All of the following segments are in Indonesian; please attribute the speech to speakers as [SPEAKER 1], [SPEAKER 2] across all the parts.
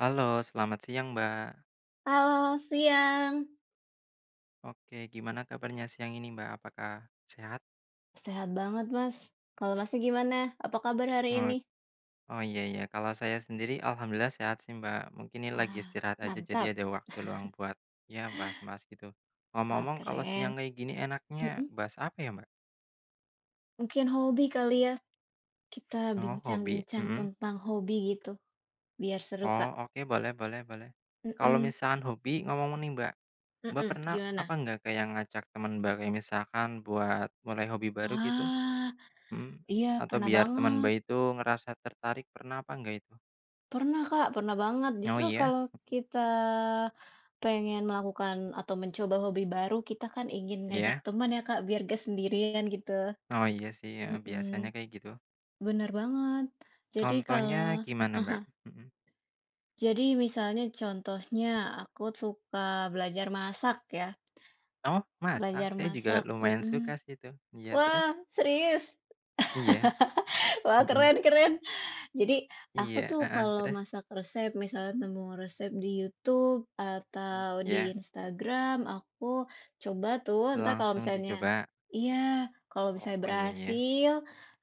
[SPEAKER 1] Halo, selamat siang, Mbak.
[SPEAKER 2] Halo, siang.
[SPEAKER 1] Oke, gimana kabarnya siang ini, Mbak? Apakah sehat?
[SPEAKER 2] Sehat banget, Mas. Kalau Masnya gimana? Apa kabar hari
[SPEAKER 1] Oh,
[SPEAKER 2] ini?
[SPEAKER 1] oh, iya iya, kalau saya sendiri alhamdulillah sehat sih, Mbak. Mungkin ini lagi
[SPEAKER 2] Ah,
[SPEAKER 1] istirahat aja jadi
[SPEAKER 2] mantap.
[SPEAKER 1] ada waktu luang buat ya bahas-bahas gitu.
[SPEAKER 2] Wah,
[SPEAKER 1] Ngomong-ngomong kalau
[SPEAKER 2] keren.
[SPEAKER 1] siang kayak gini enaknya
[SPEAKER 2] Mhm.
[SPEAKER 1] bahas apa ya, Mbak?
[SPEAKER 2] Mungkin hobi kali ya? Kita
[SPEAKER 1] Oh, hobi.
[SPEAKER 2] bincang-bincang
[SPEAKER 1] Mhm.
[SPEAKER 2] tentang hobi gitu, biar seru,
[SPEAKER 1] Oh,
[SPEAKER 2] Kak.
[SPEAKER 1] oke, boleh boleh boleh. Kalau
[SPEAKER 2] Mhm,
[SPEAKER 1] misalkan hobi ngomong-ngomong nih, Mbak. Mbak
[SPEAKER 2] mhm,
[SPEAKER 1] pernah
[SPEAKER 2] gimana?
[SPEAKER 1] apa nggak kayak ngajak teman Mbak kayak misalkan buat mulai hobi baru gitu?
[SPEAKER 2] Ah,
[SPEAKER 1] hmm
[SPEAKER 2] iya
[SPEAKER 1] atau
[SPEAKER 2] pernah
[SPEAKER 1] biar teman
[SPEAKER 2] banget.
[SPEAKER 1] bayi itu ngerasa tertarik pernah apa enggak itu?
[SPEAKER 2] Pernah, Kak, pernah banget.
[SPEAKER 1] Oh
[SPEAKER 2] Justru
[SPEAKER 1] iya?
[SPEAKER 2] kalau kita pengen melakukan atau mencoba hobi baru, kita kan ingin ngajak
[SPEAKER 1] Iya?
[SPEAKER 2] teman ya, Kak, biar nggak sendirian gitu.
[SPEAKER 1] Oh iya sih, heeh, biasanya
[SPEAKER 2] Mhm.
[SPEAKER 1] kayak gitu.
[SPEAKER 2] Bener banget. Jadi
[SPEAKER 1] Contohnya
[SPEAKER 2] kalau
[SPEAKER 1] gimana, Mbak? Mhm.
[SPEAKER 2] jadi misalnya contohnya aku suka belajar masak ya,
[SPEAKER 1] Oh, masak?
[SPEAKER 2] belajar
[SPEAKER 1] Saya juga
[SPEAKER 2] masak,
[SPEAKER 1] lumayan suka
[SPEAKER 2] mhm.
[SPEAKER 1] sih itu. Iya, terus?
[SPEAKER 2] Wah, serius?
[SPEAKER 1] Iya,
[SPEAKER 2] Wah,
[SPEAKER 1] mhm.
[SPEAKER 2] keren keren. Jadi, aku
[SPEAKER 1] Iya,
[SPEAKER 2] tuh
[SPEAKER 1] heeh,
[SPEAKER 2] kalau
[SPEAKER 1] terus?
[SPEAKER 2] masak resep, misalnya nemu resep di YouTube
[SPEAKER 1] Mhm.
[SPEAKER 2] atau di
[SPEAKER 1] Iya,
[SPEAKER 2] Instagram, aku coba tuh, ntar kalau
[SPEAKER 1] langsung
[SPEAKER 2] misalnya
[SPEAKER 1] dicoba?
[SPEAKER 2] iya, kalau misalnya
[SPEAKER 1] Oh, iya iya.
[SPEAKER 2] berhasil,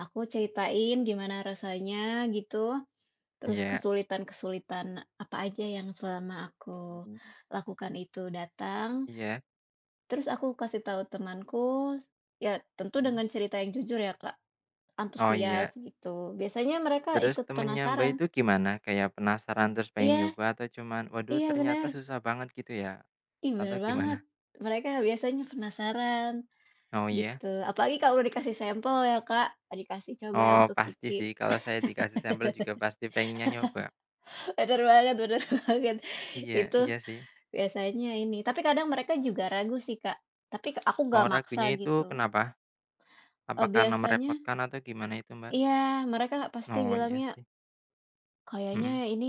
[SPEAKER 2] aku ceritain gimana rasanya gitu, terus
[SPEAKER 1] Iya.
[SPEAKER 2] kesulitan-kesulitan apa aja yang selama aku
[SPEAKER 1] Mhm.
[SPEAKER 2] lakukan itu datang,
[SPEAKER 1] Iya.
[SPEAKER 2] terus aku kasih tahu temanku, ya tentu
[SPEAKER 1] Mhm.
[SPEAKER 2] dengan cerita yang jujur ya, Kak,
[SPEAKER 1] Oh
[SPEAKER 2] antusias
[SPEAKER 1] iya.
[SPEAKER 2] gitu. Biasanya mereka
[SPEAKER 1] Terus
[SPEAKER 2] ikut
[SPEAKER 1] temennya Mbak
[SPEAKER 2] penasaran.
[SPEAKER 1] itu gimana? Kayak penasaran terus pengen
[SPEAKER 2] Iya
[SPEAKER 1] nyoba atau cuman, "Waduh,
[SPEAKER 2] iya
[SPEAKER 1] ternyata
[SPEAKER 2] benar,
[SPEAKER 1] susah banget," gitu ya?
[SPEAKER 2] Ih,
[SPEAKER 1] Atau
[SPEAKER 2] benar
[SPEAKER 1] gimana?
[SPEAKER 2] banget. Mereka biasanya penasaran
[SPEAKER 1] Oh iya?
[SPEAKER 2] gitu, apalagi kalau dikasih sampel ya, Kak, dikasih coba
[SPEAKER 1] Oh
[SPEAKER 2] untuk
[SPEAKER 1] pasti
[SPEAKER 2] cicip.
[SPEAKER 1] sih, kalau saya dikasih sampel juga pasti pengennya nyoba.
[SPEAKER 2] Benar banget benar banget.
[SPEAKER 1] Iya
[SPEAKER 2] Itu
[SPEAKER 1] iya sih.
[SPEAKER 2] biasanya ini, tapi kadang mereka juga ragu sih, Kak, tapi aku
[SPEAKER 1] Oh
[SPEAKER 2] gak maksa
[SPEAKER 1] ragunya itu
[SPEAKER 2] gitu.
[SPEAKER 1] kenapa? Apa karena
[SPEAKER 2] Biasanya
[SPEAKER 1] merepotkan atau gimana itu, Mbak?
[SPEAKER 2] iya, mereka pasti
[SPEAKER 1] Oh iya
[SPEAKER 2] bilangnya,
[SPEAKER 1] sih,
[SPEAKER 2] "Kayaknya
[SPEAKER 1] mhm.
[SPEAKER 2] ini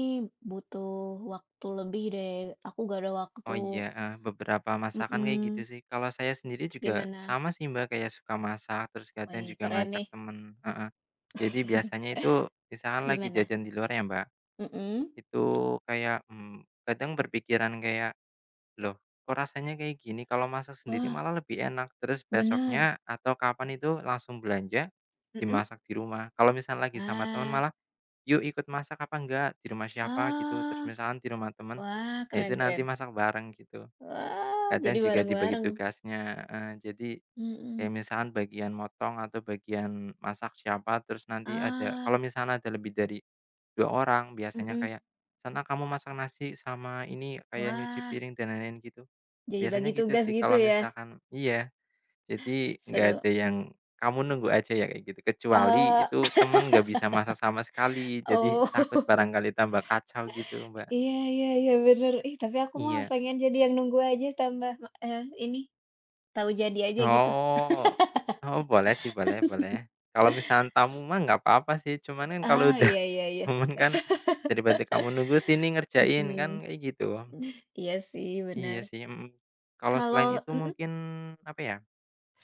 [SPEAKER 2] butuh waktu lebih deh, aku gak ada waktu."
[SPEAKER 1] Oh iya, beberapa masakan kayak gitu
[SPEAKER 2] Mhm,
[SPEAKER 1] sih. Kalau saya sendiri juga
[SPEAKER 2] gimana?
[SPEAKER 1] sama sih, Mbak, kayak suka masak terus kadang
[SPEAKER 2] Wih,
[SPEAKER 1] juga
[SPEAKER 2] keren
[SPEAKER 1] ngajak
[SPEAKER 2] nih.
[SPEAKER 1] temen, heeh. Jadi biasanya itu misalkan lagi
[SPEAKER 2] Gimana?
[SPEAKER 1] jajan di luar ya, Mbak,
[SPEAKER 2] Mhm?
[SPEAKER 1] itu kayak, kadang berpikiran kayak, loh, kok rasanya kayak gini? Kalau masak sendiri
[SPEAKER 2] Wah,
[SPEAKER 1] malah lebih enak. Terus
[SPEAKER 2] bener.
[SPEAKER 1] besoknya atau kapan itu langsung belanja,
[SPEAKER 2] Mhm.
[SPEAKER 1] dimasak di rumah. Kalau misalnya lagi sama teman
[SPEAKER 2] Ah.
[SPEAKER 1] malah, "Yuk, ikut masak apa enggak? Di rumah siapa?" Gitu. Terus
[SPEAKER 2] Oh,
[SPEAKER 1] misalnya di rumah teman,
[SPEAKER 2] wah,
[SPEAKER 1] ya itu
[SPEAKER 2] keren
[SPEAKER 1] nanti
[SPEAKER 2] keren.
[SPEAKER 1] masak bareng gitu.
[SPEAKER 2] Wah,
[SPEAKER 1] Kadang
[SPEAKER 2] jadi
[SPEAKER 1] juga dibagi
[SPEAKER 2] bareng-bareng.
[SPEAKER 1] tugasnya, jadi
[SPEAKER 2] Mm-mm.
[SPEAKER 1] kayak misalnya bagian motong atau bagian masak siapa, terus nanti ada
[SPEAKER 2] Ah.
[SPEAKER 1] kalau misalnya ada lebih dari 2 orang
[SPEAKER 2] Oh,
[SPEAKER 1] biasanya
[SPEAKER 2] mhm.
[SPEAKER 1] kayak, "Sana kamu masak nasi sama ini," kayak nyuci
[SPEAKER 2] Wah,
[SPEAKER 1] piring dan lain-lain gitu.
[SPEAKER 2] jadi
[SPEAKER 1] Biasanya
[SPEAKER 2] bagi
[SPEAKER 1] gitu
[SPEAKER 2] tugas
[SPEAKER 1] sih
[SPEAKER 2] gitu
[SPEAKER 1] kalau
[SPEAKER 2] ya?
[SPEAKER 1] misalkan iya, jadi nggak
[SPEAKER 2] Seru.
[SPEAKER 1] ada yang, "Kamu nunggu aja ya," kayak gitu, kecuali
[SPEAKER 2] Ah.
[SPEAKER 1] itu temen nggak bisa masak sama sekali, jadi takut
[SPEAKER 2] Oh.
[SPEAKER 1] barangkali tambah kacau gitu, Mbak.
[SPEAKER 2] Iya iya iya, bener. Ih, tapi aku mah
[SPEAKER 1] Iya.
[SPEAKER 2] pengen jadi yang nunggu aja tambah eh ini, tahu jadi aja gitu.
[SPEAKER 1] Oh. Oh, boleh sih, boleh boleh. Kalau misalkan tamu mah nggak apa-apa sih, cuman kan kalau
[SPEAKER 2] Ah,
[SPEAKER 1] udah
[SPEAKER 2] iya iya iya.
[SPEAKER 1] temen kan, daripada kamu nunggu, "Sini, ngerjain," kan
[SPEAKER 2] Mhm.
[SPEAKER 1] kayak gitu.
[SPEAKER 2] Iya sih,
[SPEAKER 1] Iya
[SPEAKER 2] benar.
[SPEAKER 1] sih, mhm. Kalau
[SPEAKER 2] Kalau
[SPEAKER 1] selain itu
[SPEAKER 2] mhm,
[SPEAKER 1] mungkin, apa ya,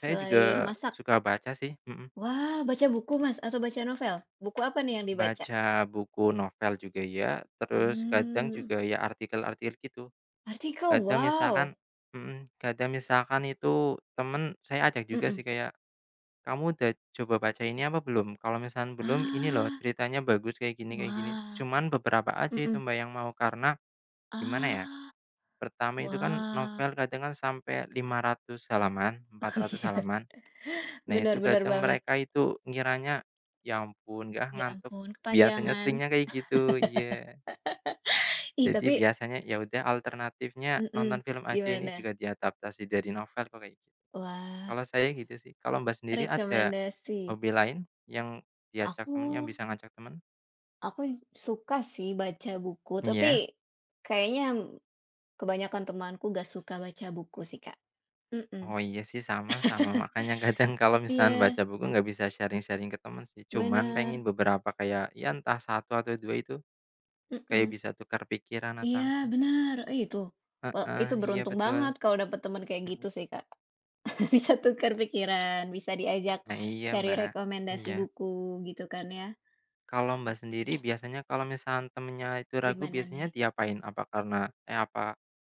[SPEAKER 1] saya juga
[SPEAKER 2] masak.
[SPEAKER 1] suka baca sih, mhm.
[SPEAKER 2] Wah, baca buku Mas, atau baca novel? Buku apa nih yang dibaca?
[SPEAKER 1] Baca buku novel juga ya, terus kadang
[SPEAKER 2] Mmm.
[SPEAKER 1] juga ya artikel-artikel gitu.
[SPEAKER 2] Artikel,
[SPEAKER 1] Kadang misalkan
[SPEAKER 2] wow.
[SPEAKER 1] mhm, kadang misalkan itu temen saya ajak juga sih
[SPEAKER 2] Mhm.
[SPEAKER 1] kayak, "Kamu udah coba baca ini apa belum? Kalau misalkan belum, ini loh
[SPEAKER 2] Ah,
[SPEAKER 1] ceritanya bagus kayak gini kayak gini."
[SPEAKER 2] wah.
[SPEAKER 1] Cuman beberapa aja itu,
[SPEAKER 2] Mhm.
[SPEAKER 1] Mbak, yang mau karena gimana ya,
[SPEAKER 2] Ah,
[SPEAKER 1] pertama itu kan
[SPEAKER 2] wah.
[SPEAKER 1] novel kadang kan sampai 500 halaman,
[SPEAKER 2] Oh
[SPEAKER 1] 400
[SPEAKER 2] iya,
[SPEAKER 1] halaman. Nah itu
[SPEAKER 2] benar-benar
[SPEAKER 1] kadang
[SPEAKER 2] banget.
[SPEAKER 1] mereka itu ngiranya, "Ya ampun, nggak ah,
[SPEAKER 2] Ya
[SPEAKER 1] ngantuk."
[SPEAKER 2] ampun,
[SPEAKER 1] Biasanya
[SPEAKER 2] kepanjangan.
[SPEAKER 1] seringnya kayak gitu, iya.
[SPEAKER 2] Ih,
[SPEAKER 1] Jadi
[SPEAKER 2] tapi
[SPEAKER 1] biasanya ya udah alternatifnya nonton
[SPEAKER 2] mhm,
[SPEAKER 1] film aja, ini
[SPEAKER 2] gimana?
[SPEAKER 1] juga diadaptasi dari novel kok kayak gitu.
[SPEAKER 2] Wah,
[SPEAKER 1] Kalau saya gitu sih. Kalau Mbak sendiri ada
[SPEAKER 2] rekomendasi.
[SPEAKER 1] hobi lain yang diajak
[SPEAKER 2] Aku
[SPEAKER 1] temen, yang bisa ngajak temen?
[SPEAKER 2] aku suka sih baca buku, tapi
[SPEAKER 1] Iya?
[SPEAKER 2] kayaknya kebanyakan temanku gak suka baca buku sih, Kak. Mhm.
[SPEAKER 1] Oh iya sih, sama sama makanya kadang kalau misalnya baca
[SPEAKER 2] Iya.
[SPEAKER 1] buku nggak bisa sharing-sharing ke temen sih, cuman pengen
[SPEAKER 2] Bener,
[SPEAKER 1] beberapa kayak ya entah satu atau 2 itu kayak
[SPEAKER 2] mhm.
[SPEAKER 1] bisa tukar pikiran atau
[SPEAKER 2] Iya
[SPEAKER 1] apa.
[SPEAKER 2] bener,
[SPEAKER 1] Heeh,
[SPEAKER 2] itu
[SPEAKER 1] iya
[SPEAKER 2] beruntung
[SPEAKER 1] betul.
[SPEAKER 2] banget kalau dapet teman kayak
[SPEAKER 1] Mhm.
[SPEAKER 2] gitu sih, Kak. Bisa tukar pikiran, bisa diajak
[SPEAKER 1] Nah iya,
[SPEAKER 2] cari
[SPEAKER 1] Mbak.
[SPEAKER 2] rekomendasi
[SPEAKER 1] Iya.
[SPEAKER 2] buku gitu kan ya.
[SPEAKER 1] Kalau Mbak sendiri biasanya kalau misalnya temennya itu ragu
[SPEAKER 2] Gimana nih?
[SPEAKER 1] biasanya diapain? Apa karena eh, apa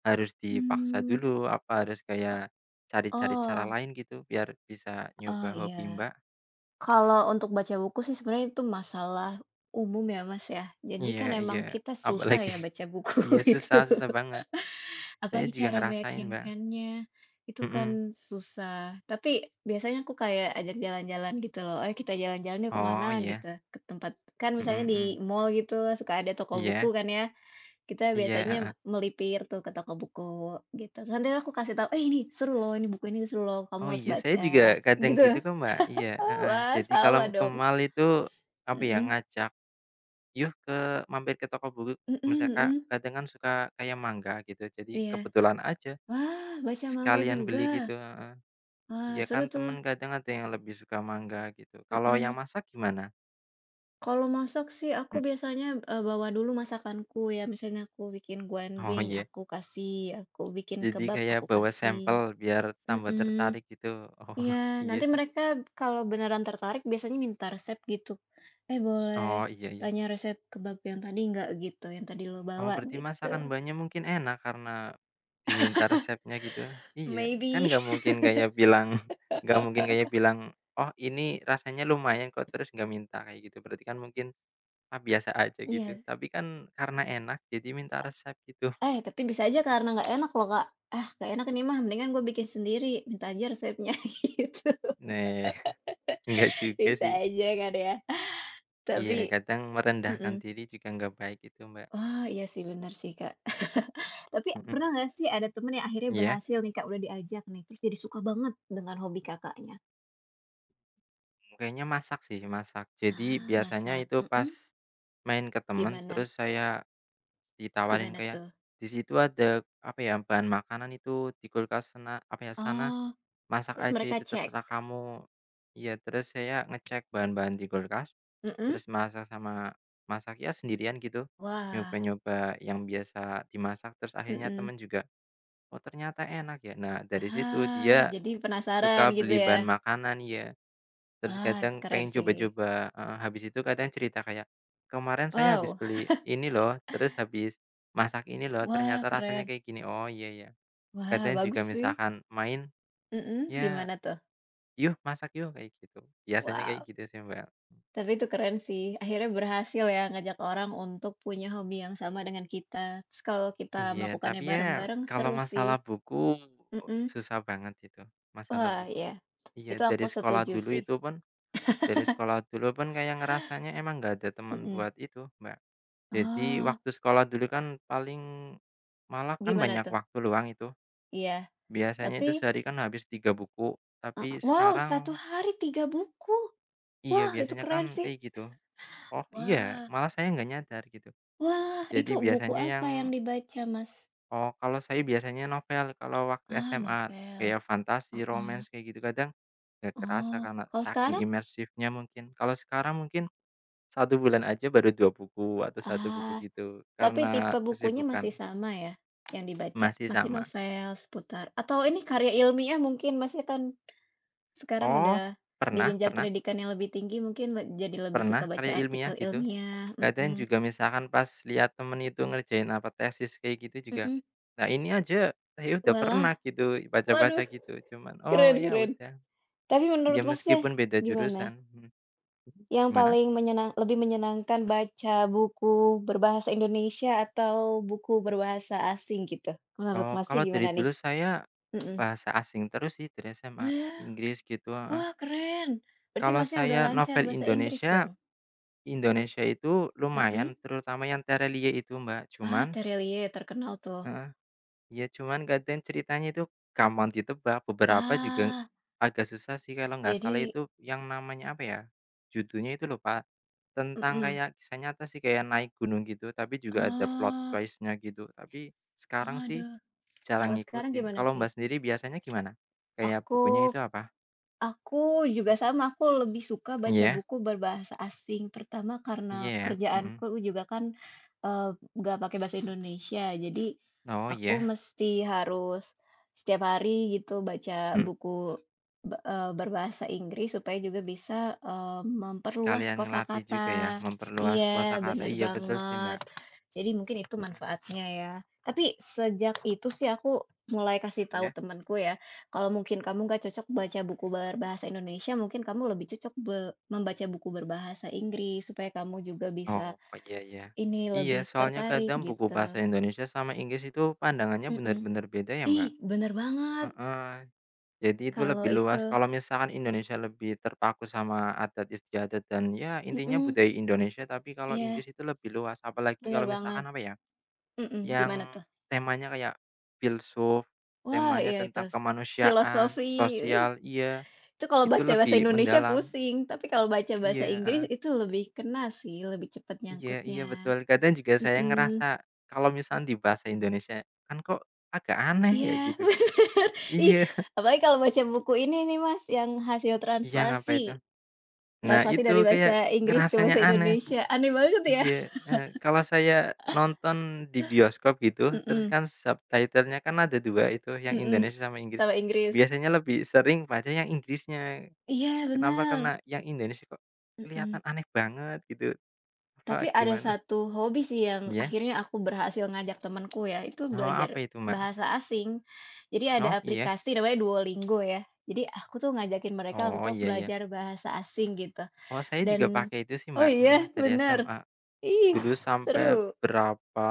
[SPEAKER 1] harus dipaksa
[SPEAKER 2] Hmm,
[SPEAKER 1] dulu? Apa harus
[SPEAKER 2] e
[SPEAKER 1] kayak cari-cari cara
[SPEAKER 2] oh
[SPEAKER 1] lain gitu biar bisa nyoba
[SPEAKER 2] oh
[SPEAKER 1] hobi
[SPEAKER 2] iya.
[SPEAKER 1] Mbak?
[SPEAKER 2] Kalau untuk baca buku sih sebenarnya itu masalah umum ya, Mas, ya. Jadi
[SPEAKER 1] Iya
[SPEAKER 2] kan
[SPEAKER 1] iya,
[SPEAKER 2] emang kita
[SPEAKER 1] apalagi
[SPEAKER 2] susah ya baca buku
[SPEAKER 1] iya
[SPEAKER 2] gitu.
[SPEAKER 1] susah susah banget. Saya
[SPEAKER 2] Apalagi
[SPEAKER 1] juga
[SPEAKER 2] cara
[SPEAKER 1] ngerasain, Mbak,
[SPEAKER 2] meyakinkannya, itu
[SPEAKER 1] mhm.
[SPEAKER 2] kan susah. Tapi biasanya aku kayak ajak jalan-jalan gitu loh, "Ayo kita jalan-jalan yuk kemana
[SPEAKER 1] Oh iya,
[SPEAKER 2] gitu, ke tempat kan
[SPEAKER 1] mhm
[SPEAKER 2] misalnya di
[SPEAKER 1] mhm.
[SPEAKER 2] mall gitu suka ada toko
[SPEAKER 1] Iya
[SPEAKER 2] buku kan ya, kita
[SPEAKER 1] iya,
[SPEAKER 2] biasanya
[SPEAKER 1] heeh.
[SPEAKER 2] melipir tuh ke toko buku gitu. Terus nanti aku kasih tahu, "Eh ini seru loh, ini buku ini seru loh, kamu
[SPEAKER 1] Oh
[SPEAKER 2] harus
[SPEAKER 1] iya, saya juga
[SPEAKER 2] baca,"
[SPEAKER 1] kadang
[SPEAKER 2] gitu.
[SPEAKER 1] gitu kok, Mbak, iya,
[SPEAKER 2] Oh,
[SPEAKER 1] heeh.
[SPEAKER 2] wah
[SPEAKER 1] Jadi
[SPEAKER 2] sama
[SPEAKER 1] kalau
[SPEAKER 2] dong.
[SPEAKER 1] kemal itu, apa ya,
[SPEAKER 2] Mhm.
[SPEAKER 1] ngajak, "Yuk, ke mampir ke toko buku,"
[SPEAKER 2] Mhm
[SPEAKER 1] misalnya, Kak,
[SPEAKER 2] mhm.
[SPEAKER 1] kadang kan suka kayak mangga gitu, jadi
[SPEAKER 2] Iya.
[SPEAKER 1] kebetulan aja
[SPEAKER 2] Wah, baca manga
[SPEAKER 1] sekalian beli
[SPEAKER 2] juga.
[SPEAKER 1] gitu, heeh.
[SPEAKER 2] Wah,
[SPEAKER 1] Ya
[SPEAKER 2] seru
[SPEAKER 1] kan
[SPEAKER 2] tuh.
[SPEAKER 1] temen kadang ada yang lebih suka mangga gitu, kalau yang
[SPEAKER 2] Mhm.
[SPEAKER 1] masak gimana?
[SPEAKER 2] Kalau masak sih aku
[SPEAKER 1] Mmm,
[SPEAKER 2] biasanya, bawa dulu masakanku ya, misalnya aku bikin
[SPEAKER 1] oh
[SPEAKER 2] guandring,
[SPEAKER 1] iya,
[SPEAKER 2] aku kasih, aku bikin
[SPEAKER 1] jadi
[SPEAKER 2] kebab,
[SPEAKER 1] kayak
[SPEAKER 2] aku
[SPEAKER 1] bawa
[SPEAKER 2] kasih.
[SPEAKER 1] sampel biar tambah
[SPEAKER 2] Mhm,
[SPEAKER 1] tertarik gitu, oh
[SPEAKER 2] ya
[SPEAKER 1] iya
[SPEAKER 2] nanti
[SPEAKER 1] sih,
[SPEAKER 2] mereka kalau beneran tertarik biasanya minta resep gitu. "Eh, boleh
[SPEAKER 1] oh iya iya.
[SPEAKER 2] tanya resep kebab yang tadi nggak?" gitu, "Yang tadi lo
[SPEAKER 1] Oh,
[SPEAKER 2] bawa?"
[SPEAKER 1] berarti
[SPEAKER 2] gitu.
[SPEAKER 1] masakan Mbaknya mungkin enak karena diminta resepnya gitu? Iya, kan
[SPEAKER 2] Maybe.
[SPEAKER 1] nggak mungkin kayak bilang nggak mungkin kayak bilang, "Oh, ini rasanya lumayan kok," terus nggak minta kayak gitu. Berarti kan mungkin, "Ah, biasa aja," gitu.
[SPEAKER 2] Iya.
[SPEAKER 1] Tapi kan karena enak jadi minta resep gitu.
[SPEAKER 2] Eh, tapi bisa aja karena nggak enak loh, Kak. "Ah, nggak enak nih mah, mendingan gue bikin sendiri, minta aja resepnya." gitu.
[SPEAKER 1] Nah, nggak juga
[SPEAKER 2] Bisa
[SPEAKER 1] sih.
[SPEAKER 2] aja kan ya.
[SPEAKER 1] Iya,
[SPEAKER 2] Tapi
[SPEAKER 1] kadang merendahkan
[SPEAKER 2] mhm.
[SPEAKER 1] diri juga nggak baik itu, Mbak.
[SPEAKER 2] Oh, iya sih benar sih, Kak. Tapi pernah
[SPEAKER 1] Mhm,
[SPEAKER 2] nggak sih ada temen yang akhirnya
[SPEAKER 1] iya?
[SPEAKER 2] berhasil nih, Kak, udah diajak nih, terus jadi suka banget dengan hobi Kakaknya?
[SPEAKER 1] Kayaknya masak sih, masak. Jadi
[SPEAKER 2] Ah,
[SPEAKER 1] biasanya
[SPEAKER 2] masak,
[SPEAKER 1] itu
[SPEAKER 2] mhm.
[SPEAKER 1] pas main ke temen
[SPEAKER 2] Gimana?
[SPEAKER 1] terus saya ditawarin
[SPEAKER 2] Gimana
[SPEAKER 1] kayak,
[SPEAKER 2] tuh?
[SPEAKER 1] "Di situ ada, apa ya, bahan makanan itu di kulkas sana apa ya, sana,
[SPEAKER 2] Oh.
[SPEAKER 1] masak
[SPEAKER 2] Terus
[SPEAKER 1] aja
[SPEAKER 2] mereka
[SPEAKER 1] itu
[SPEAKER 2] cek?
[SPEAKER 1] terserah kamu." Iya, terus saya ngecek bahan-bahan di kulkas,
[SPEAKER 2] Mhm?
[SPEAKER 1] terus masak sama masak ya sendirian gitu,
[SPEAKER 2] Wah.
[SPEAKER 1] nyoba-nyoba yang biasa dimasak, terus akhirnya
[SPEAKER 2] Mhm.
[SPEAKER 1] temen juga, "Oh, ternyata enak ya." Nah, dari situ
[SPEAKER 2] Ah,
[SPEAKER 1] dia
[SPEAKER 2] jadi penasaran
[SPEAKER 1] suka
[SPEAKER 2] gitu
[SPEAKER 1] beli
[SPEAKER 2] ya?
[SPEAKER 1] bahan makanan, ya. Terus
[SPEAKER 2] Wah, itu
[SPEAKER 1] kadang
[SPEAKER 2] keren
[SPEAKER 1] pengen
[SPEAKER 2] sih.
[SPEAKER 1] coba-coba heeh, habis itu kadang cerita kayak, "Kemarin saya habis
[SPEAKER 2] Wow.
[SPEAKER 1] beli ini loh, terus habis masak ini loh,
[SPEAKER 2] Wah,
[SPEAKER 1] ternyata rasanya
[SPEAKER 2] keren.
[SPEAKER 1] kayak gini." Oh, iya ya.
[SPEAKER 2] Wah,
[SPEAKER 1] Kadang juga
[SPEAKER 2] bagus sih.
[SPEAKER 1] misalkan main,
[SPEAKER 2] Mhm,
[SPEAKER 1] "Ya,
[SPEAKER 2] gimana tuh?
[SPEAKER 1] yuk masak yuk," kayak gitu. Biasanya kayak
[SPEAKER 2] Wow.
[SPEAKER 1] gitu sih, Mbak.
[SPEAKER 2] Tapi itu keren sih, akhirnya berhasil ya ngajak orang untuk punya hobi yang sama dengan kita. Terus kalau kita
[SPEAKER 1] Iya,
[SPEAKER 2] melakukannya
[SPEAKER 1] tapi ya
[SPEAKER 2] bareng-bareng
[SPEAKER 1] kalau
[SPEAKER 2] seru sih,
[SPEAKER 1] masalah buku
[SPEAKER 2] mhm.
[SPEAKER 1] susah banget itu, masalah
[SPEAKER 2] Wah,
[SPEAKER 1] buku.
[SPEAKER 2] ya
[SPEAKER 1] Iya,
[SPEAKER 2] itu aku setuju sih,
[SPEAKER 1] dari sekolah dulu pun kayak ngerasanya emang nggak ada teman
[SPEAKER 2] mhm.
[SPEAKER 1] buat itu, Mbak. Jadi
[SPEAKER 2] Oh,
[SPEAKER 1] waktu sekolah dulu kan paling malah kan
[SPEAKER 2] gimana
[SPEAKER 1] banyak
[SPEAKER 2] tuh?
[SPEAKER 1] waktu luang itu,
[SPEAKER 2] Iya,
[SPEAKER 1] biasanya
[SPEAKER 2] tapi
[SPEAKER 1] itu sehari kan habis 3 buku,
[SPEAKER 2] heeh,
[SPEAKER 1] tapi
[SPEAKER 2] wow satu
[SPEAKER 1] sekarang
[SPEAKER 2] hari 3 buku,
[SPEAKER 1] iya
[SPEAKER 2] wah itu
[SPEAKER 1] biasanya kan
[SPEAKER 2] keren sih.
[SPEAKER 1] kayak gitu, oh iya
[SPEAKER 2] Wah.
[SPEAKER 1] malah saya nggak nyadar gitu.
[SPEAKER 2] Wah,
[SPEAKER 1] Jadi
[SPEAKER 2] itu buku
[SPEAKER 1] biasanya yang
[SPEAKER 2] apa yang dibaca Mas?
[SPEAKER 1] oh kalau saya biasanya novel kalau waktu
[SPEAKER 2] Ah,
[SPEAKER 1] SMA,
[SPEAKER 2] novel.
[SPEAKER 1] kayak fantasi,
[SPEAKER 2] Heeh,
[SPEAKER 1] romance, kayak gitu kadang nggak kerasa
[SPEAKER 2] oh,
[SPEAKER 1] karena
[SPEAKER 2] kalau
[SPEAKER 1] saking
[SPEAKER 2] sekarang?
[SPEAKER 1] imersifnya mungkin. Kalau sekarang mungkin satu bulan aja baru 2 buku atau satu buku
[SPEAKER 2] Ah.
[SPEAKER 1] gitu
[SPEAKER 2] Tapi
[SPEAKER 1] karena
[SPEAKER 2] tipe bukunya
[SPEAKER 1] kesibukan,
[SPEAKER 2] masih sama ya, yang dibaca?
[SPEAKER 1] masih
[SPEAKER 2] Masih
[SPEAKER 1] sama.
[SPEAKER 2] novel seputar atau ini karya ilmiah mungkin masih kan sekarang udah
[SPEAKER 1] Oh,
[SPEAKER 2] di
[SPEAKER 1] pernah
[SPEAKER 2] jenjang
[SPEAKER 1] pernah
[SPEAKER 2] pendidikan yang lebih tinggi mungkin jadi lebih suka
[SPEAKER 1] pernah
[SPEAKER 2] baca
[SPEAKER 1] karya ilmiah
[SPEAKER 2] artikel
[SPEAKER 1] gitu.
[SPEAKER 2] ilmiah,
[SPEAKER 1] Kadang
[SPEAKER 2] mhm.
[SPEAKER 1] juga misalkan pas lihat temen itu ngerjain apa tesis kayak gitu juga,
[SPEAKER 2] Mhm.
[SPEAKER 1] nah ini aja saya udah
[SPEAKER 2] Walah,
[SPEAKER 1] pernah gitu baca-baca
[SPEAKER 2] waduh
[SPEAKER 1] gitu cuman, oh
[SPEAKER 2] keren
[SPEAKER 1] ya
[SPEAKER 2] keren.
[SPEAKER 1] udah,
[SPEAKER 2] Tapi
[SPEAKER 1] ya
[SPEAKER 2] menurut Masnya
[SPEAKER 1] meskipun beda
[SPEAKER 2] gimana?
[SPEAKER 1] jurusan, mhm, mhm,
[SPEAKER 2] Yang
[SPEAKER 1] gimana?
[SPEAKER 2] paling lebih menyenangkan baca buku berbahasa Indonesia atau buku berbahasa asing gitu? Menurut
[SPEAKER 1] Oh
[SPEAKER 2] Masnya
[SPEAKER 1] kalau dari
[SPEAKER 2] gimana nih?
[SPEAKER 1] dulu saya
[SPEAKER 2] Mhm.
[SPEAKER 1] bahasa asing terus sih dari SMA, Inggris gitu, heeh.
[SPEAKER 2] Wah, keren. Berarti
[SPEAKER 1] Kalau
[SPEAKER 2] Masnya udah
[SPEAKER 1] saya
[SPEAKER 2] lancar
[SPEAKER 1] novel
[SPEAKER 2] bahasa Inggris
[SPEAKER 1] Indonesia,
[SPEAKER 2] dong?
[SPEAKER 1] Indonesia itu lumayan
[SPEAKER 2] Mhm.
[SPEAKER 1] terutama yang Terelie itu, Mbak,
[SPEAKER 2] Ah,
[SPEAKER 1] cuman
[SPEAKER 2] Terelie terkenal tuh.
[SPEAKER 1] heeh. Iya, cuman kadang ceritanya itu gampang ditebak, beberapa juga
[SPEAKER 2] Ah,
[SPEAKER 1] agak susah sih kalau nggak salah
[SPEAKER 2] jadi
[SPEAKER 1] itu yang namanya apa ya, judulnya itu lupa, tentang
[SPEAKER 2] mhm.
[SPEAKER 1] kayak kisah nyata sih kayak naik gunung gitu, tapi juga ada plot
[SPEAKER 2] Ah.
[SPEAKER 1] twist-nya gitu, tapi sekarang sih
[SPEAKER 2] Aduh. Kalau
[SPEAKER 1] jarang
[SPEAKER 2] sekarang
[SPEAKER 1] ngikutin.
[SPEAKER 2] gimana
[SPEAKER 1] Kalau
[SPEAKER 2] sih?
[SPEAKER 1] Mbak sendiri biasanya gimana? Kayak
[SPEAKER 2] Aku
[SPEAKER 1] bukunya itu apa?
[SPEAKER 2] Aku juga sama, aku lebih suka baca
[SPEAKER 1] Iya?
[SPEAKER 2] buku berbahasa asing. Pertama
[SPEAKER 1] Iya
[SPEAKER 2] karena
[SPEAKER 1] ya? Mhm.
[SPEAKER 2] kerjaanku juga kan, nggak pakai bahasa Indonesia. Jadi
[SPEAKER 1] Oh
[SPEAKER 2] aku
[SPEAKER 1] iya?
[SPEAKER 2] mesti harus setiap hari gitu baca
[SPEAKER 1] Mhm.
[SPEAKER 2] buku berbahasa Inggris supaya juga bisa, memperluas
[SPEAKER 1] Sekalian ngelatih juga ya,
[SPEAKER 2] kosakata.
[SPEAKER 1] memperluas kuasa
[SPEAKER 2] Iya,
[SPEAKER 1] kata.
[SPEAKER 2] bener
[SPEAKER 1] Iya betul sih, Mbak.
[SPEAKER 2] banget. Jadi mungkin itu
[SPEAKER 1] Mhm.
[SPEAKER 2] manfaatnya ya. Tapi sejak itu sih aku mulai kasih tahu
[SPEAKER 1] Iya?
[SPEAKER 2] temanku ya, kalau mungkin kamu nggak cocok baca buku berbahasa Indonesia, mungkin kamu lebih cocok membaca buku berbahasa Inggris, supaya kamu juga bisa
[SPEAKER 1] Oh, iya iya.
[SPEAKER 2] ini,
[SPEAKER 1] Iya,
[SPEAKER 2] lebih
[SPEAKER 1] soalnya
[SPEAKER 2] tertarik
[SPEAKER 1] kadang buku bahasa
[SPEAKER 2] gitu.
[SPEAKER 1] Indonesia sama Inggris itu pandangannya
[SPEAKER 2] Mhm.
[SPEAKER 1] benar-benar beda ya, Mbak,
[SPEAKER 2] Ih, bener banget
[SPEAKER 1] heeh. Jadi itu
[SPEAKER 2] kalau
[SPEAKER 1] lebih luas,
[SPEAKER 2] itu.
[SPEAKER 1] kalau misalkan Indonesia lebih terpaku sama adat istiadat dan ya intinya
[SPEAKER 2] Mhm,
[SPEAKER 1] budaya Indonesia, tapi kalau Inggris
[SPEAKER 2] iya,
[SPEAKER 1] itu lebih luas. Apalagi
[SPEAKER 2] bener
[SPEAKER 1] kalau
[SPEAKER 2] banget.
[SPEAKER 1] misalkan apa ya,
[SPEAKER 2] Mhm, gimana
[SPEAKER 1] yang
[SPEAKER 2] tuh?
[SPEAKER 1] temanya kayak filsuf,
[SPEAKER 2] Wah,
[SPEAKER 1] temanya
[SPEAKER 2] iya itu,
[SPEAKER 1] tentang kemanusiaan,
[SPEAKER 2] filosofi, wih,
[SPEAKER 1] sosial iya,
[SPEAKER 2] itu kalau
[SPEAKER 1] itu
[SPEAKER 2] baca bahasa
[SPEAKER 1] lebih
[SPEAKER 2] Indonesia
[SPEAKER 1] mendalam.
[SPEAKER 2] pusing, tapi kalau baca bahasa
[SPEAKER 1] Iya,
[SPEAKER 2] Inggris
[SPEAKER 1] heeh.
[SPEAKER 2] itu lebih kena sih, lebih cepat
[SPEAKER 1] Iya iya
[SPEAKER 2] nyangkutnya.
[SPEAKER 1] betul, kadang juga saya ngerasa
[SPEAKER 2] Mhm.
[SPEAKER 1] kalau misalnya di bahasa Indonesia kan kok agak aneh ya
[SPEAKER 2] Iya,
[SPEAKER 1] gitu.
[SPEAKER 2] bener. Ih,
[SPEAKER 1] Iya
[SPEAKER 2] apalagi kalau baca buku ini nih, Mas, yang hasil
[SPEAKER 1] iya, ngapa itu?
[SPEAKER 2] translasi.
[SPEAKER 1] Nah
[SPEAKER 2] Translasi
[SPEAKER 1] itu
[SPEAKER 2] dari
[SPEAKER 1] kayak
[SPEAKER 2] bahasa Inggris ke
[SPEAKER 1] ngerasanya
[SPEAKER 2] bahasa
[SPEAKER 1] aneh,
[SPEAKER 2] Indonesia. Aneh banget ya.
[SPEAKER 1] iya, heeh, kalau saya nonton di bioskop gitu terus
[SPEAKER 2] Mhm,
[SPEAKER 1] kan subtitle-nya kan ada 2 itu yang
[SPEAKER 2] mhm,
[SPEAKER 1] Indonesia sama Inggris,
[SPEAKER 2] sama Inggris.
[SPEAKER 1] biasanya lebih sering baca yang Inggrisnya,
[SPEAKER 2] Iya,
[SPEAKER 1] kenapa? Karena
[SPEAKER 2] bener,
[SPEAKER 1] yang Indonesia kok
[SPEAKER 2] mhm.
[SPEAKER 1] kelihatan aneh banget gitu,
[SPEAKER 2] Tapi
[SPEAKER 1] apa
[SPEAKER 2] ada
[SPEAKER 1] gimana?
[SPEAKER 2] satu hobi sih yang
[SPEAKER 1] Iya?
[SPEAKER 2] akhirnya aku berhasil ngajak temanku ya, itu
[SPEAKER 1] Oh
[SPEAKER 2] belajar
[SPEAKER 1] apa itu, Mbak?
[SPEAKER 2] bahasa asing. Jadi ada
[SPEAKER 1] Oh iya?
[SPEAKER 2] aplikasi namanya Duolingo ya. Jadi aku tuh ngajakin mereka
[SPEAKER 1] Oh
[SPEAKER 2] untuk
[SPEAKER 1] iya iya.
[SPEAKER 2] belajar bahasa asing gitu
[SPEAKER 1] Oh, saya
[SPEAKER 2] dan
[SPEAKER 1] juga pakai itu sih,
[SPEAKER 2] oh
[SPEAKER 1] Mbak, mhm,
[SPEAKER 2] iya,
[SPEAKER 1] dari
[SPEAKER 2] benar,
[SPEAKER 1] SMA.
[SPEAKER 2] Ih,
[SPEAKER 1] Dulu sampai
[SPEAKER 2] seru.
[SPEAKER 1] berapa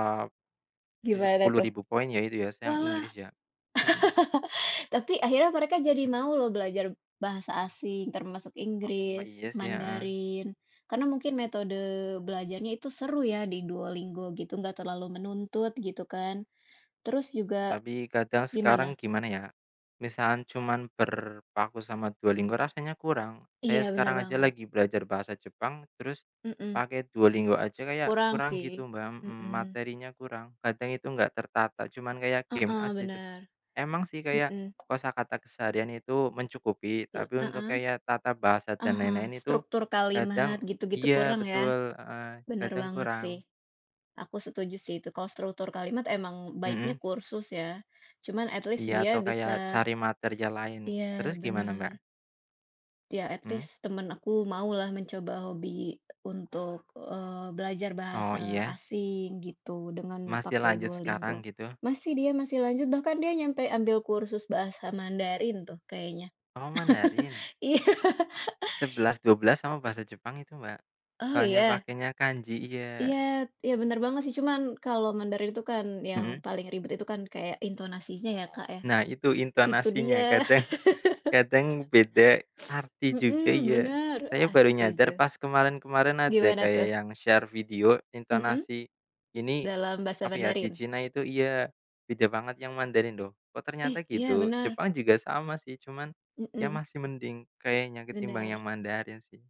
[SPEAKER 2] Gimana
[SPEAKER 1] puluh
[SPEAKER 2] tuh?
[SPEAKER 1] ribu poin ya itu ya, saya yang Inggris
[SPEAKER 2] Walah,
[SPEAKER 1] ya? Mhm.
[SPEAKER 2] tapi akhirnya mereka jadi
[SPEAKER 1] Mmm.
[SPEAKER 2] mau loh belajar bahasa asing, termasuk
[SPEAKER 1] Oh, iya
[SPEAKER 2] Inggris,
[SPEAKER 1] sih, heeh.
[SPEAKER 2] Mandarin, karena mungkin metode belajarnya itu seru ya di Duolingo gitu, nggak terlalu menuntut gitu kan. Terus juga
[SPEAKER 1] Tapi kadang sekarang
[SPEAKER 2] gimana?
[SPEAKER 1] gimana ya, misalkan cuman berpaku sama Duolingo rasanya kurang. Saya
[SPEAKER 2] Iya bener
[SPEAKER 1] sekarang aja
[SPEAKER 2] banget,
[SPEAKER 1] lagi belajar bahasa Jepang, terus
[SPEAKER 2] mhm,
[SPEAKER 1] pakai Duolingo aja kayak
[SPEAKER 2] kurang
[SPEAKER 1] kurang
[SPEAKER 2] sih,
[SPEAKER 1] gitu, Mbak, mhm,
[SPEAKER 2] mhm,
[SPEAKER 1] materinya kurang. Kadang itu nggak tertata, cuman kayak game
[SPEAKER 2] heeh,
[SPEAKER 1] aja.
[SPEAKER 2] bener,
[SPEAKER 1] Emang sih kayak
[SPEAKER 2] mhm,
[SPEAKER 1] kosakata keseharian itu mencukupi, tapi untuk
[SPEAKER 2] heeh,
[SPEAKER 1] kayak tata bahasa
[SPEAKER 2] ah
[SPEAKER 1] dan
[SPEAKER 2] hah,
[SPEAKER 1] lain-lain itu
[SPEAKER 2] struktur kalimat
[SPEAKER 1] kadang
[SPEAKER 2] gitu-gitu
[SPEAKER 1] iya
[SPEAKER 2] kurang ya,
[SPEAKER 1] betul, heeh,
[SPEAKER 2] bener
[SPEAKER 1] kadang
[SPEAKER 2] banget
[SPEAKER 1] kurang.
[SPEAKER 2] sih. Aku setuju sih itu, kalau struktur kalimat emang baiknya
[SPEAKER 1] Mhm,
[SPEAKER 2] kursus ya, cuman at least
[SPEAKER 1] iya
[SPEAKER 2] dia
[SPEAKER 1] atau kayak
[SPEAKER 2] bisa
[SPEAKER 1] cari material lain.
[SPEAKER 2] iya
[SPEAKER 1] Terus gimana, Mbak?
[SPEAKER 2] bener, ya at
[SPEAKER 1] Mhm?
[SPEAKER 2] least temen aku maulah mencoba hobi untuk, belajar
[SPEAKER 1] Oh
[SPEAKER 2] bahasa
[SPEAKER 1] iya?
[SPEAKER 2] asing gitu dengan
[SPEAKER 1] Masih
[SPEAKER 2] pakai
[SPEAKER 1] lanjut sekarang
[SPEAKER 2] Duolingo.
[SPEAKER 1] gitu?
[SPEAKER 2] Dia masih lanjut bahkan dia nyampe ambil kursus bahasa Mandarin tuh kayaknya.
[SPEAKER 1] Oh Mandarin?
[SPEAKER 2] Iya.
[SPEAKER 1] Sebelas dua belas sama bahasa Jepang itu, Mbak.
[SPEAKER 2] Oh
[SPEAKER 1] Soalnya
[SPEAKER 2] iya?
[SPEAKER 1] pakainya kanji, iya.
[SPEAKER 2] Iya iya bener banget sih cuman kalau Mandarin itu kan yang
[SPEAKER 1] Mhm.
[SPEAKER 2] paling ribet itu kan kayak intonasinya ya Kak ya,
[SPEAKER 1] Nah itu
[SPEAKER 2] itu dia.
[SPEAKER 1] intonasinya kadang Kadang Beda arti juga
[SPEAKER 2] Mhm,
[SPEAKER 1] ya.
[SPEAKER 2] bener.
[SPEAKER 1] Saya
[SPEAKER 2] Ah,
[SPEAKER 1] baru nyadar
[SPEAKER 2] setuju.
[SPEAKER 1] pas kemarin-kemarin ada
[SPEAKER 2] Gimana
[SPEAKER 1] kayak
[SPEAKER 2] tuh?
[SPEAKER 1] yang share video
[SPEAKER 2] Mhm,
[SPEAKER 1] intonasi, ini
[SPEAKER 2] dalam bahasa
[SPEAKER 1] apa ya, di
[SPEAKER 2] Mandarin?
[SPEAKER 1] Cina itu iya, beda banget yang Mandarin loh, kok ternyata
[SPEAKER 2] Ih, iya
[SPEAKER 1] gitu.
[SPEAKER 2] benar.
[SPEAKER 1] Jepang juga sama sih, cuman ya
[SPEAKER 2] Mhm,
[SPEAKER 1] masih mending kayaknya ketimbang yang
[SPEAKER 2] benar.
[SPEAKER 1] Mandarin sih.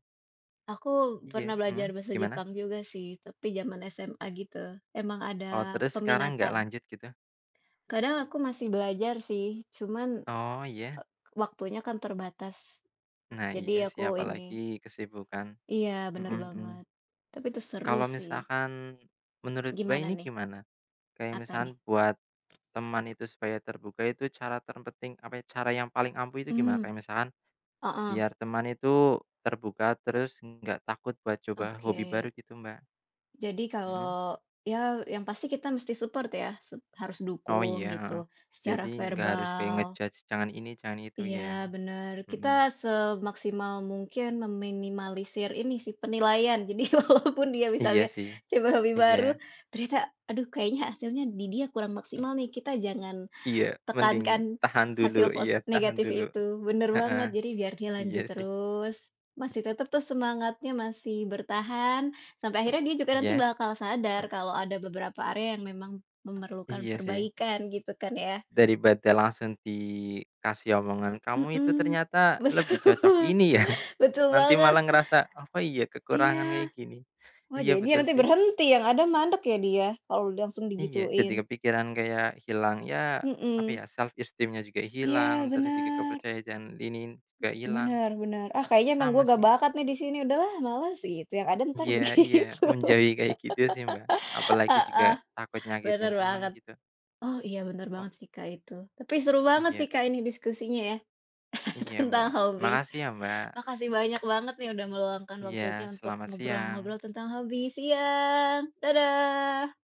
[SPEAKER 2] Aku
[SPEAKER 1] Iya,
[SPEAKER 2] pernah
[SPEAKER 1] mhm,
[SPEAKER 2] belajar bahasa
[SPEAKER 1] gimana?
[SPEAKER 2] Jepang juga sih, tapi zaman SMA gitu. Emang ada
[SPEAKER 1] Oh terus sekarang nggak
[SPEAKER 2] peminatan.
[SPEAKER 1] lanjut gitu?
[SPEAKER 2] Kadang aku masih belajar sih, cuman
[SPEAKER 1] Oh iya?
[SPEAKER 2] waktunya kan terbatas.
[SPEAKER 1] Nah
[SPEAKER 2] Jadi
[SPEAKER 1] iya sih,
[SPEAKER 2] aku ini
[SPEAKER 1] apalagi kesibukan.
[SPEAKER 2] iya, bener
[SPEAKER 1] Mhm mhm.
[SPEAKER 2] banget. Tapi itu seru
[SPEAKER 1] Kalau
[SPEAKER 2] sih.
[SPEAKER 1] misalkan menurut Mbak
[SPEAKER 2] Gimana
[SPEAKER 1] ini
[SPEAKER 2] nih?
[SPEAKER 1] gimana? Kayak
[SPEAKER 2] Apa
[SPEAKER 1] misalkan
[SPEAKER 2] nih?
[SPEAKER 1] buat teman itu supaya terbuka itu cara terpenting apa ya, cara yang paling ampuh itu gimana?
[SPEAKER 2] Hmm
[SPEAKER 1] Kayak misalkan
[SPEAKER 2] heeh,
[SPEAKER 1] biar teman itu terbuka terus nggak takut buat coba
[SPEAKER 2] oke.
[SPEAKER 1] hobi baru gitu, Mbak.
[SPEAKER 2] Jadi
[SPEAKER 1] Mhm.
[SPEAKER 2] kalau ya yang pasti kita mesti support ya, harus
[SPEAKER 1] Oh
[SPEAKER 2] dukung
[SPEAKER 1] iya,
[SPEAKER 2] gitu
[SPEAKER 1] heeh.
[SPEAKER 2] secara
[SPEAKER 1] Jadi nggak harus kayak
[SPEAKER 2] verbal.
[SPEAKER 1] nge-judge, jangan ini, jangan itu, iya
[SPEAKER 2] Iya
[SPEAKER 1] ya?
[SPEAKER 2] bener, kita
[SPEAKER 1] Mhm.
[SPEAKER 2] semaksimal mungkin meminimalisir ini sih penilaian. Jadi walaupun dia
[SPEAKER 1] Iya
[SPEAKER 2] misalnya
[SPEAKER 1] sih,
[SPEAKER 2] coba hobi
[SPEAKER 1] iya
[SPEAKER 2] baru, ternyata aduh kayaknya hasilnya di dia kurang maksimal nih, kita jangan
[SPEAKER 1] iya, mending
[SPEAKER 2] Tekankan
[SPEAKER 1] tahan dulu,
[SPEAKER 2] hasil pos
[SPEAKER 1] iya tahan
[SPEAKER 2] negatif
[SPEAKER 1] dulu.
[SPEAKER 2] itu, bener
[SPEAKER 1] Heeh,
[SPEAKER 2] banget. Jadi biar dia
[SPEAKER 1] iya
[SPEAKER 2] lanjut
[SPEAKER 1] sih.
[SPEAKER 2] terus, masih
[SPEAKER 1] Mhm.
[SPEAKER 2] tetap tuh semangatnya masih bertahan, sampai akhirnya dia juga nanti
[SPEAKER 1] Iya,
[SPEAKER 2] bakal sadar kalau ada beberapa area yang memang memerlukan
[SPEAKER 1] iya sih.
[SPEAKER 2] perbaikan gitu kan ya.
[SPEAKER 1] Daripada langsung dikasih omongan, "Kamu itu
[SPEAKER 2] Mhm,
[SPEAKER 1] ternyata lebih cocok
[SPEAKER 2] betul,
[SPEAKER 1] ini ya."
[SPEAKER 2] betul
[SPEAKER 1] Nanti malah
[SPEAKER 2] banget.
[SPEAKER 1] ngerasa, "Apa iya kekurangan
[SPEAKER 2] Iya.
[SPEAKER 1] kayak gini?"
[SPEAKER 2] Wah,
[SPEAKER 1] Iya
[SPEAKER 2] jadi dia
[SPEAKER 1] betul
[SPEAKER 2] nanti
[SPEAKER 1] sih,
[SPEAKER 2] berhenti, yang ada mandek ya dia kalau langsung
[SPEAKER 1] iya jadi
[SPEAKER 2] digituin.
[SPEAKER 1] kepikiran kayak hilang ya, apa
[SPEAKER 2] Mhm.
[SPEAKER 1] ya, self esteemnya juga hilang,
[SPEAKER 2] Iya,
[SPEAKER 1] terus juga
[SPEAKER 2] bener.
[SPEAKER 1] kepercayaan ini juga hilang.
[SPEAKER 2] Bener, "Ah, kayaknya emang
[SPEAKER 1] Sama
[SPEAKER 2] gue gak
[SPEAKER 1] sih.
[SPEAKER 2] bakat nih di sini, udahlah males," gitu, yang ada entar
[SPEAKER 1] Iya iya,
[SPEAKER 2] begitu.
[SPEAKER 1] menjauhi kayak gitu sih, Mbak. Apalagi juga
[SPEAKER 2] Heeh,
[SPEAKER 1] takut nyakitin
[SPEAKER 2] bener
[SPEAKER 1] teman
[SPEAKER 2] banget.
[SPEAKER 1] gitu.
[SPEAKER 2] Oh, iya bener
[SPEAKER 1] Oh,
[SPEAKER 2] banget sih, Kak, itu. Tapi seru banget
[SPEAKER 1] iya
[SPEAKER 2] sih, Kak, ini diskusinya ya
[SPEAKER 1] iya,
[SPEAKER 2] tentang
[SPEAKER 1] Mbak.
[SPEAKER 2] hobi.
[SPEAKER 1] Makasih ya, Mbak.
[SPEAKER 2] Makasih banyak banget nih udah meluangkan
[SPEAKER 1] Iya,
[SPEAKER 2] waktunya untuk
[SPEAKER 1] selamat siang.
[SPEAKER 2] ngobrol-ngobrol tentang hobi. Siang, dadah.